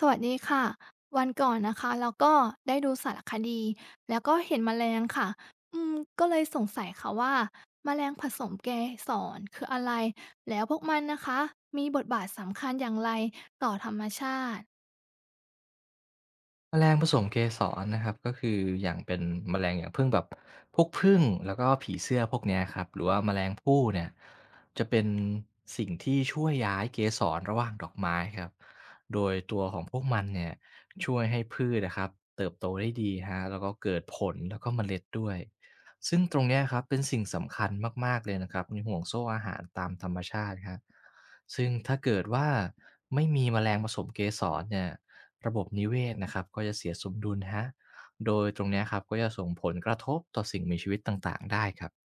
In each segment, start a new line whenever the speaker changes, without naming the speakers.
สวัสดีค่ะวันก่อนนะคะเราก็ได้ดูสารคดีแล้วก็เห็นแมลงค่ะอืมก็เลยสงสัยค่ะว่าแมลงผสมเกสรคืออะไรแล้วพวกมันนะคะมีบทบาทสำคัญอย่างไรต่อธรรมชาติ
แมลงผสมเกสรนะครับก็คืออย่างเป็นแมลงอย่างผึ้งแบบพวกผึ้งแล้วก็ผีเสื้อพวกเนี้ยครับหรือว่าแมลงผู้เนี่ยจะเป็นสิ่งที่ช่วยย้ายเกสรระหว่างดอกไม้ครับโดยตัวของพวกมันเนี่ยช่วยให้พืชนะครับเติบโตได้ดีฮะแล้วก็เกิดผลแล้วก็เมล็ดด้วยซึ่งตรงเนี้ยครับเป็นสิ่งสำคัญมากๆเลยนะครับในห่วงโซ่อาหารตามธรรมชาติครับซึ่งถ้าเกิดว่าไม่มีแมลงผสมเกสรเนี่ย ระบบนิเวศนะครับก็จะเสียสมดุลฮะโดยตรงเนี้ยครับก็จะส่งผลกระทบต่อสิ่งมีชีวิตต่างๆได้ครับ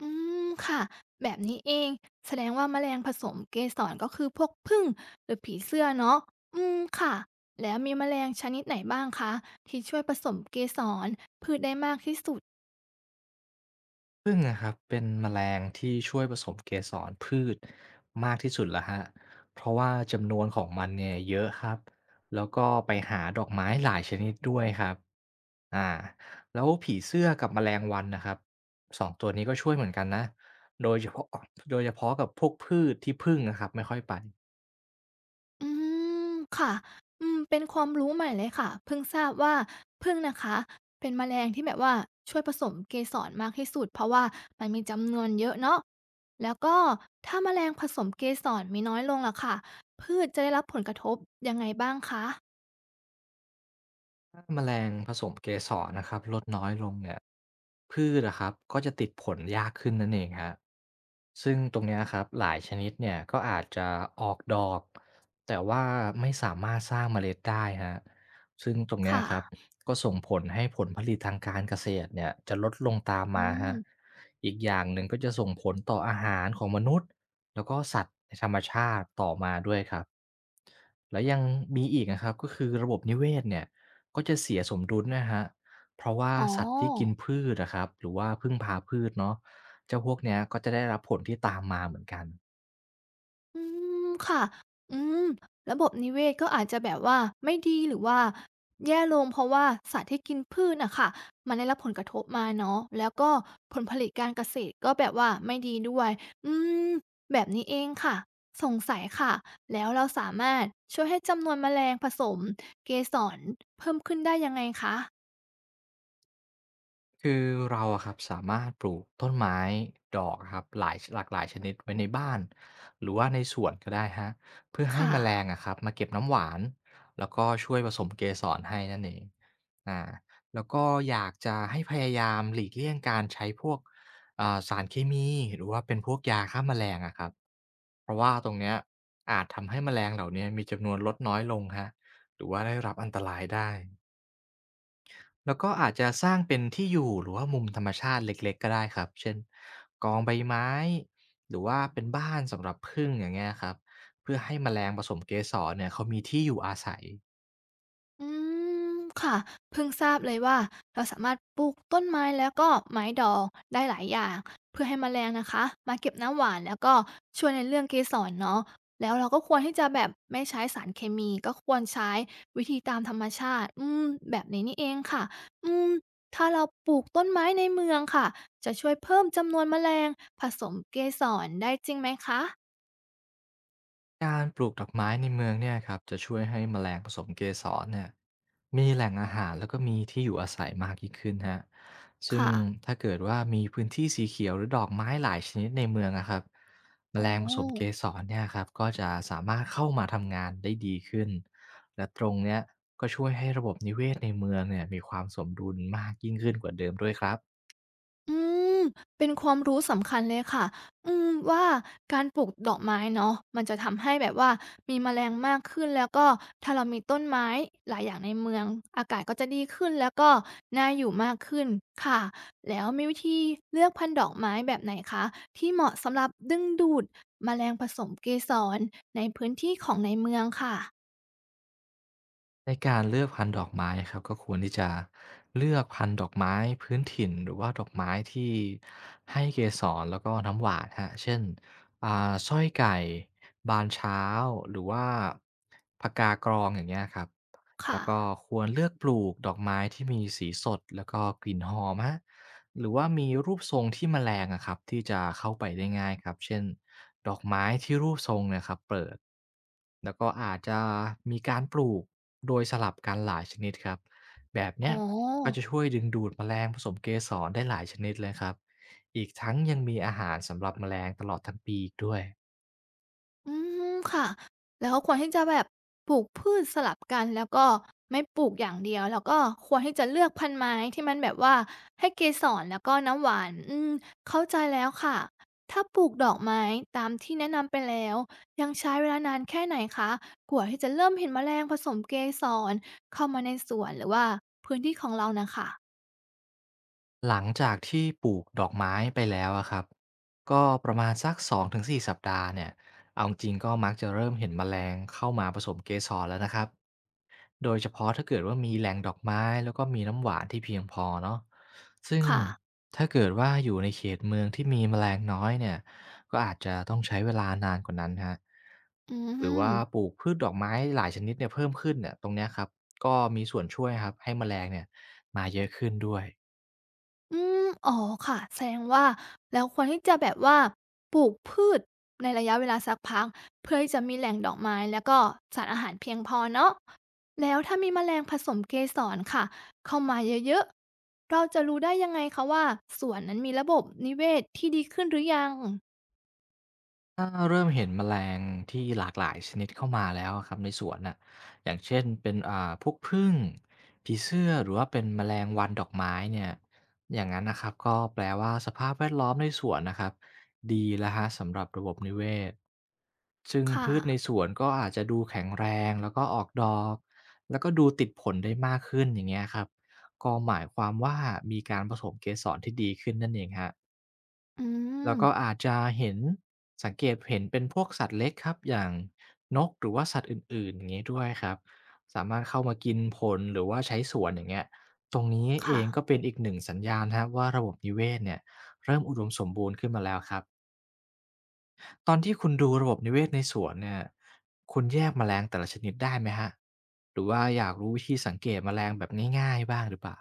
อืมค่ะแบบนี้เองแสดงว่าแมลงผสมเกสรก็คือพวกผึ้งหรือผีเสื้อเนาะอืมค่ะแล้วมีแมลงชนิดไหนบ้างคะที่ช่วยผสมเกสรพืชได้มากที่สุด
พึ่งนะครับเป็นแมลงที่ช่วยผสมเกสรพืชมากที่สุดละฮะเพราะว่าจำนวนของมันเนี่ยเยอะครับแล้วก็ไปหาดอกไม้หลายชนิดด้วยครับอ่าแล้วผีเสื้อกับแมลงวันนะครับสองตัวนี้ก็ช่วยเหมือนกันนะโดยเฉพาะโดยเฉพาะกับพวกพืชที่พึ่งนะครับไม่ค่อยไป
อืมค่ะ เป็นความรู้ใหม่เลยค่ะเพิ่งทราบว่าผึ้งนะคะเป็นแมลงที่แบบว่าช่วยผสมเกสรมากที่สุดเพราะว่ามันมีจำนวนเยอะเนาะแล้วก็ถ้าแมลงผสมเกสรมีน้อยลงล่ะค่ะพืชจะได้รับผลกระทบยังไงบ้างคะ
ถ้าแมลงผสมเกสรนะครับลดน้อยลงเนี่ยพืชนะครับก็จะติดผลยากขึ้นนั่นเองฮะซึ่งตรงเนี้ยครับหลายชนิดเนี่ยก็อาจจะออกดอกแต่ว่าไม่สามารถสร้างเมล็ดได้ฮะซึ่งตรงเนี้ย
ค่ะ
ครับก็ส่งผลให้ผลผลิตทางการเกษตรเนี่ยจะลดลงตาม
อื
มาฮะ
ม
อีกอย่างหนึ่งก็จะส่งผลต่ออาหารของมนุษย์แล้วก็สัตว์ในธรรมชาติต่อมาด้วยครับ แล้วยังมีอีกนะครับก็คือระบบนิเวศเนี่ยก็จะเสียสมดุลนะครับเพราะว่า
อ๋อ
สัตว์ที่กินพืชนะครับหรือว่าพึ่งพาพืชเนาะเจ้าพวกเนี้ยก็จะได้รับผลที่ตามมาเหมือนกัน
อืมค่ะ อืมระบบนิเวศก็อาจจะแบบว่าไม่ดีหรือว่าแย่ลงเพราะว่าสัตว์ที่กินพืชน่ะค่ะมันได้รับผลกระทบมาเนาะแล้วก็ผลผลิตการเกษตรก็แบบว่าไม่ดีด้วยอืมแบบนี้เองค่ะสงสัยค่ะแล้วเราสามารถช่วยให้จำนวนแมลงผสมเกสรเพิ่มขึ้นได้ยังไงคะ
คือเราอะครับสามารถปลูกต้นไม้ดอกครับหลายหลากหลายชนิดไว้ในบ้านหรือว่าในสวนก็ได้ฮะเพื่อ
ค
ให้แมลง
่ะ
อะครับมาเก็บน้ำหวานแล้วก็ช่วยผสมเกสรให้นั่นเองอาแล้วก็อยากจะให้พยายามหลีกเลี่ยงการใช้พวกสารเคมีหรือว่าเป็นพวกยาฆ่าแมลงอะครับเพราะว่าตรงเนี้ยอาจทำให้แมลงเหล่าเนี้ยมีจำนวนลดน้อยลงฮะหรือว่าได้รับอันตรายได้ แล้วก็อาจจะสร้างเป็นที่อยู่หรือว่ามุมธรรมชาติเล็กๆก็ได้ครับ เช่นกองใบไม้หรือว่าเป็นบ้านสำหรับผึ้งอย่างเงี้ยครับเพื่อให้แมลงผสมเกสรเนี่ยเขามีที่อยู่อาศัย
อืมค่ะเพิ่งทราบเลยว่าเราสามารถปลูกต้นไม้แล้วก็ไม้ดอกได้หลายอย่างเพื่อให้แมลงนะคะมาเก็บน้ำหวานแล้วก็ช่วยในเรื่องเกสรเนาะแล้วเราก็ควรที่จะแบบไม่ใช้สารเคมีก็ควรใช้วิธีตามธรรมชาติแบบนี้นี่เองค่ะอืมถ้าเราปลูกต้นไม้ในเมืองค่ะจะช่วยเพิ่มจำนวนแมลงผสมเกสรได้จริงไหมคะ
การปลูกดอกไม้ในเมืองเนี่ยครับจะช่วยให้แมลงผสมเกสรเนี่ยมีแหล่งอาหารแล้วก็มีที่อยู่อาศัยมากยิ่งขึ้นฮะซึ่ง
ค่ะ
ถ้าเกิดว่ามีพื้นที่สีเขียวหรือดอกไม้หลายชนิดในเมืองนะครับแม
อ๋
ล
อ
งผสมเกสรเนี่ยครับก็จะสามารถเข้ามาทำงานได้ดีขึ้นและตรงเนี้ยก็ช่วยให้ระบบนิเวศในเมืองเนี่ยมีความสมดุลมากยิ่งขึ้นกว่าเดิมด้วยครับ
อืมเป็นความรู้สำคัญเลยค่ะว่าการปลูกดอกไม้เนาะมันจะทำให้แบบว่ามีแมลงมากขึ้นแล้วก็ถ้าเรามีต้นไม้หลายอย่างในเมืองอากาศก็จะดีขึ้นแล้วก็น่าอยู่มากขึ้นค่ะแล้วมีวิธีเลือกพันธุ์ดอกไม้แบบไหนคะที่เหมาะสำหรับดึงดูดแมลงผสมเกสรในพื้นที่ของในเมืองค่ะ
ในการเลือกพันธุ์ดอกไม้ครับก็ควรที่จะเลือกพันธุ์ดอกไม้พื้นถิ่นหรือว่าดอกไม้ที่ให้เกสรแล้วก็น้ำหวานคะเช่นสร้อยไก่บานเช้าหรือว่าผกากรองอย่างเงี้ยครับแล้วก็
ค่ะ
ควรเลือกปลูกดอกไม้ที่มีสีสดแล้วก็กลิ่นหอมฮะหรือว่ามีรูปทรงที่แมลงอะครับที่จะเข้าไปได้ง่ายครับเช่น ดอกไม้ที่รูปทรงเนี่ยครับเปิดแล้วก็อาจจะมีการปลูกโดยสลับกันหลายชนิดครับแบบ
อ๋
เนี้
อ
ยก็จะช่วยดึงดูดแมลงผสมเกสรได้หลายชนิดเลยครับอีกทั้งยังมีอาหารสำหรับแมลงตลอดทั้งปีอีกด้วย
อืมค่ะแล้วก็ควรที่จะแบบปลูกพืชสลับกันแล้วก็ไม่ปลูกอย่างเดียวแล้วก็ควรที่จะเลือกพันธุ์ไม้ที่มันแบบว่าให้เกสรแล้วก็น้ำหวานเข้าใจแล้วค่ะถ้าปลูกดอกไม้ตามที่แนะนำไปแล้วยังใช้เวลานานแค่ไหนคะกว่าที่จะเริ่มเห็นแมลงผสมเกสรเข้ามาในสวนหรือว่าพื้นที่ของเรานะค่ะ
หลังจากที่ปลูกดอกไม้ไปแล้วอะครับก็ประมาณสัก2-4สสัปดาห์เนี่ยเอาจริงก็มักจะเริ่มเห็นแมลงเข้ามาผสมเกสรแล้วนะครับโดยเฉพาะถ้าเกิดว่ามีแหล่งดอกไม้แล้วก็มีน้ำหวานที่เพียงพอเนาะซึ่ง
ค่ะ
ถ้าเกิดว่าอยู่ในเขตเมืองที่มีแมลงน้อยเนี่ยก็อาจจะต้องใช้เวลานานกว่านั้นครับ
อื
หรือว่าป
ม
ลูกพืชดอกไม้หลายชนิดเนี่ยเพิ่มขึ้นเนี่ยตรงเนี้ยครับก็มีส่วนช่วยครับให้แมลงเนี่ยมาเยอะขึ้นด้วย
อืมอ๋อค่ะแสดงว่าเราควรที่จะแบบว่าปลูกพืชในระยะเวลาสักพักเพื่อที่จะมีแหล่งดอกไม้แล้วก็สารอาหารเพียงพอเนาะแล้วถ้ามีแมลงผสมเกสรค่ะเข้ามาเยอะๆเราจะรู้ได้ยังไงคะว่าสวนนั้นมีระบบนิเวศที่ดีขึ้นหรือยัง
ถ้าเริ่มเห็นแมลงที่หลากหลายชนิดเข้ามาแล้วอะครับในสวนน่ะอย่างเช่นเป็นพวกผึ้งผีเสื้อหรือว่าเป็นแมลงวันดอกไม้เนี่ยอย่างนั้นนะครับก็แปลว่าสภาพแวดล้อมในสวนนะครับดีแล้วฮะสำหรับระบบนิเวศซึ่ง
ค่ะ
พืชในสวนก็อาจจะดูแข็งแรงแล้วก็ออกดอกแล้วก็ดูติดผลได้มากขึ้นอย่างเงี้ยครับก็หมายความว่ามีการผสมเกสรที่ดีขึ้นนั่นเองฮะ
อื
แล้
ม
วก็อาจจะเห็นสังเกตเห็นเป็นพวกสัตว์เล็กครับอย่างนกหรือว่าสัตว์อื่นๆอย่างงี้ด้วยครับสามารถเข้ามากินผลหรือว่าใช้สวนอย่างเงี้ยตรงนี้เอ
ค่ะ
งก็เป็นอีกหนึ่งสัญญาณครับว่าระบบนิเวศเนี่ยเริ่มอุดมสมบูรณ์ขึ้นมาแล้วครับตอนที่คุณดูระบบนิเวศในสวนเนี่ยคุณแยกแมลงแต่ละชนิดได้ไหมครับหรือว่าอยากรู้วิธีสังเกตแมลงแบบง่ายๆบ้างหรือเปล่า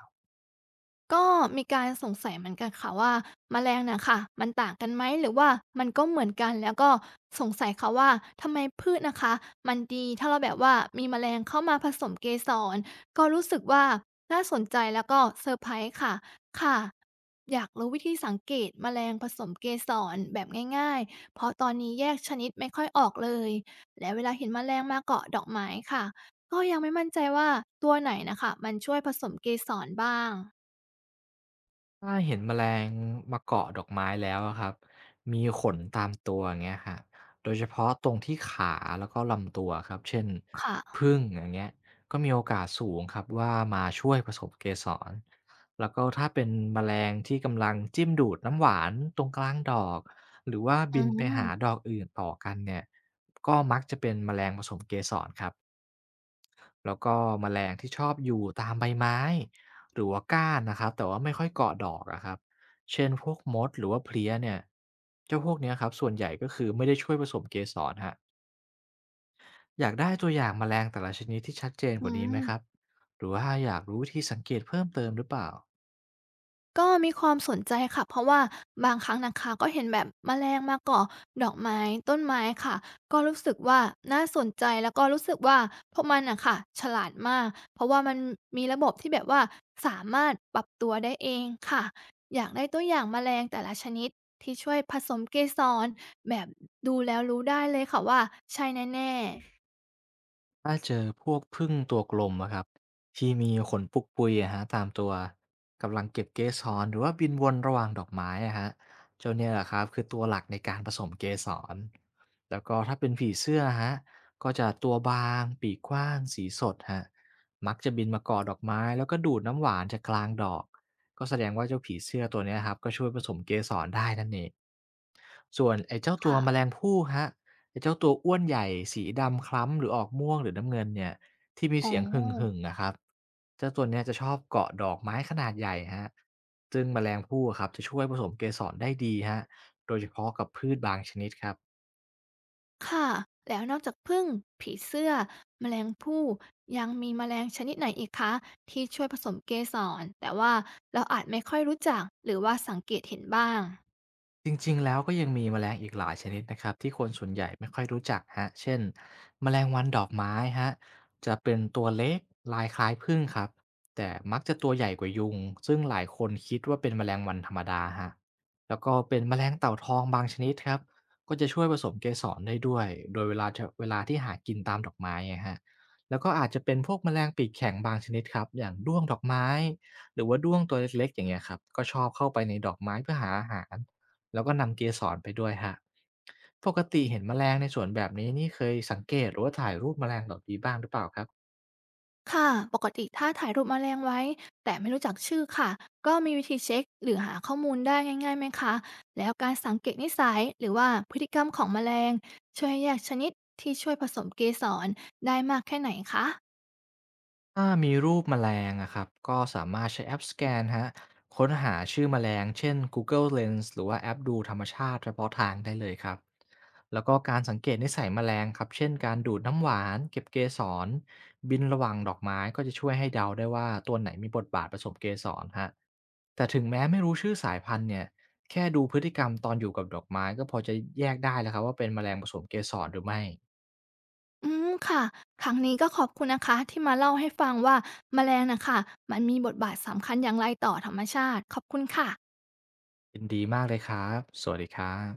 ก็มีการสงสัยเหมือนกันค่ะว่าแมลงน่ะค่ะมันต่างกันไหมหรือว่ามันก็เหมือนกันแล้วก็สงสัยค่ะว่าทำไมพืชนะคะมันดีถ้าเราแบบว่ามีแมลงเข้ามาผสมเกสรก็รู้สึกว่าน่าสนใจแล้วก็เซอร์ไพรส์ค่ะค่ะอยากรู้วิธีสังเกตแมลงผสมเกสรแบบง่ายๆเพราะตอนนี้แยกชนิดไม่ค่อยออกเลยและเวลาเห็นแมลงมาเกาะดอกไม้ค่ะก็ยังไม่มั่นใจว่าตัวไหนน่ะค่ะมันช่วยผสมเกสรบ้าง
ถ้าเห็นแมลงมาเกาะดอกไม้แล้วอะครับมีขนตามตัวอย่างเงี้ยโดยเฉพาะตรงที่ขาแล้วก็ลำตัวครับเช่น
ค่ะ
ผึ้งอย่างเงี้ยก็มีโอกาสสูงครับว่ามาช่วยผสมเกสรแล้วก็ถ้าเป็นแมลงที่กำลังจิ้มดูดน้ำหวานตรงกลางดอกหรือว่า
อื
บินไปหาด
ม
อกอื่นต่อกันเนี่ยก็มักจะเป็นแมลงผสมเกสรครับ แล้วก็แมลงที่ชอบอยู่ตามใบไม้หรือว่าก้านนะครับแต่ว่าไม่ค่อยเกาะดอกอะครับเช่นพวกมดหรือว่าเพลี้ยเนี่ยเจ้าพวกเนี้ยครับส่วนใหญ่ก็คือไม่ได้ช่วยผสมเกสรฮรอยากได้ตัวอย่างแมลงแต่ละชนิดที่ชัดเจน
อื
กว่านี้ไหมครับ
ม
หรือว่าอยากรู้วิธีสังเกตเพิ่มเติมหรือเปล่า
ก็มีความสนใจค่ะ เพราะว่าบางครั้งนะคะก็เห็นแบบแมลงมาเกาะดอกไม้ต้นไม้ค่ะก็รู้สึกว่าน่าสนใจแล้วก็รู้สึกว่าพวกมันน่ะค่ะฉลาดมากเพราะว่ามันมีระบบที่แบบว่าสามารถปรับตัวได้เองค่ะ อยากได้ตัวอย่างแมลงแต่ละชนิดที่ช่วยผสมเกสรแบบดูแล้วรู้ได้เลยค่ะว่าใช่แน่
ถ้าเจอพวกผึ้งตัวกลมอะครับที่มีขนปุกปุยอะฮะตามตัวกำลังเก็บเกสรหรือว่าบินวนระหว่างดอกไม้อะฮะเจ้าเนี่ยแหละครับคือตัวหลักในการผสมเกสร แล้วก็ถ้าเป็นผีเสื้อฮะก็จะตัวบางปีกกว้างสีสดฮะมักจะบินมาเกาะดอกไม้แล้วก็ดูดน้ำหวานจากกลางดอกก็แสดงว่าเจ้าผีเสื้อตัวเนี้ยครับก็ช่วยผสมเกสรได้นั่นเองส่วนไอ้เจ้า
ๆ
ตัว
ค่ะ
แมลงภู่ฮะไอ้เจ้าตัวอ้วนใหญ่สีดำคล้ำหรือออกม่วงหรือน้ำเงินเนี่ยที่มี
อ๋อ
เสียงหึ่งๆนะครับเจ้าตัวเนี้ยจะชอบเกาะดอกไม้ขนาดใหญ่ฮะซึ่งแมลงภู่ครับจะช่วยผสมเกสรได้ดีฮะโดยเฉพาะกับพืชบางชนิดครับ
ค่ะแล้วนอกจากผึ้งผีเสื้อแมลงภู่ยังมีแมลงชนิดไหนอีกคะที่ช่วยผสมเกสรแต่ว่าเราอาจไม่ค่อยรู้จักหรือว่าสังเกตเห็นบ้าง
จริงๆแล้วก็ยังมีแมลงอีกหลายชนิดนะครับที่คนส่วนใหญ่ไม่ค่อยรู้จักฮะเช่นแมลงวันดอกไม้ฮะจะเป็นตัวเล็กลายคล้ายผึ้งครับแต่มักจะตัวใหญ่กว่ายุงซึ่งหลายคนคิดว่าเป็นแมลงวันธรรมดาฮะแล้วก็เป็นแมลงเต่าทองบางชนิดครับก็จะช่วยผสมเกสรได้ด้วยโดยเวลาที่หากินตามดอกไม้ไงฮะแล้วก็อาจจะเป็นพวกแมลงปีกแข็งบางชนิดครับอย่างด้วงดอกไม้หรือว่าด้วงตัวเล็กๆอย่างเงี้ยครับก็ชอบเข้าไปในดอกไม้เพื่อหาอาหาร แล้วก็นำเกสรไปด้วยฮะปกติเห็นแมลงในสวนแบบนี้นี่เคยสังเกตหรือว่าถ่ายรูปแมลงเหล่านี้บ้างหรือเปล่าครับ
ค่ะปกติถ้าถ่ายรูปแมลงไว้แต่ไม่รู้จักชื่อค่ะก็มีวิธีเช็คหรือหาข้อมูลได้ง่ายๆไหมคะแล้วการสังเกตนิสัยหรือว่าพฤติกรรมของแมลงช่วยให้แยกชนิดที่ช่วยผสมเกสรได้มากแค่ไหนคะ
ถ้ามีรูปแมลงอะครับก็สามารถใช้แอปสแกนคะค้นหาชื่อแมลงเช่น Google Lens หรือว่าแอปดูธรรมชาติเฉพาะทางได้เลยครับแล้วก็การสังเกตนิสัยแมลงครับเช่นการดูดน้ำหวานเก็บเกสรบินระหว่างดอกไม้ก็จะช่วยให้เดาได้ว่าตัวไหนมีบทบาทผสมเกสรฮะแต่ถึงแม้ไม่รู้ชื่อสายพันธุ์เนี่ยแค่ดูพฤติกรรมตอนอยู่กับดอกไม้ก็พอจะแยกได้แล้วครับว่าเป็นแมลงผสมเกสรหรือไม่
อืมค่ะครั้งนี้ก็ขอบคุณนะคะที่มาเล่าให้ฟังว่าแมลงนะคะมันมีบทบาทสำคัญอย่างไรต่อธรรมชาติขอบคุณค่ะ
ยินดีมากเลยครับสวัสดีครับ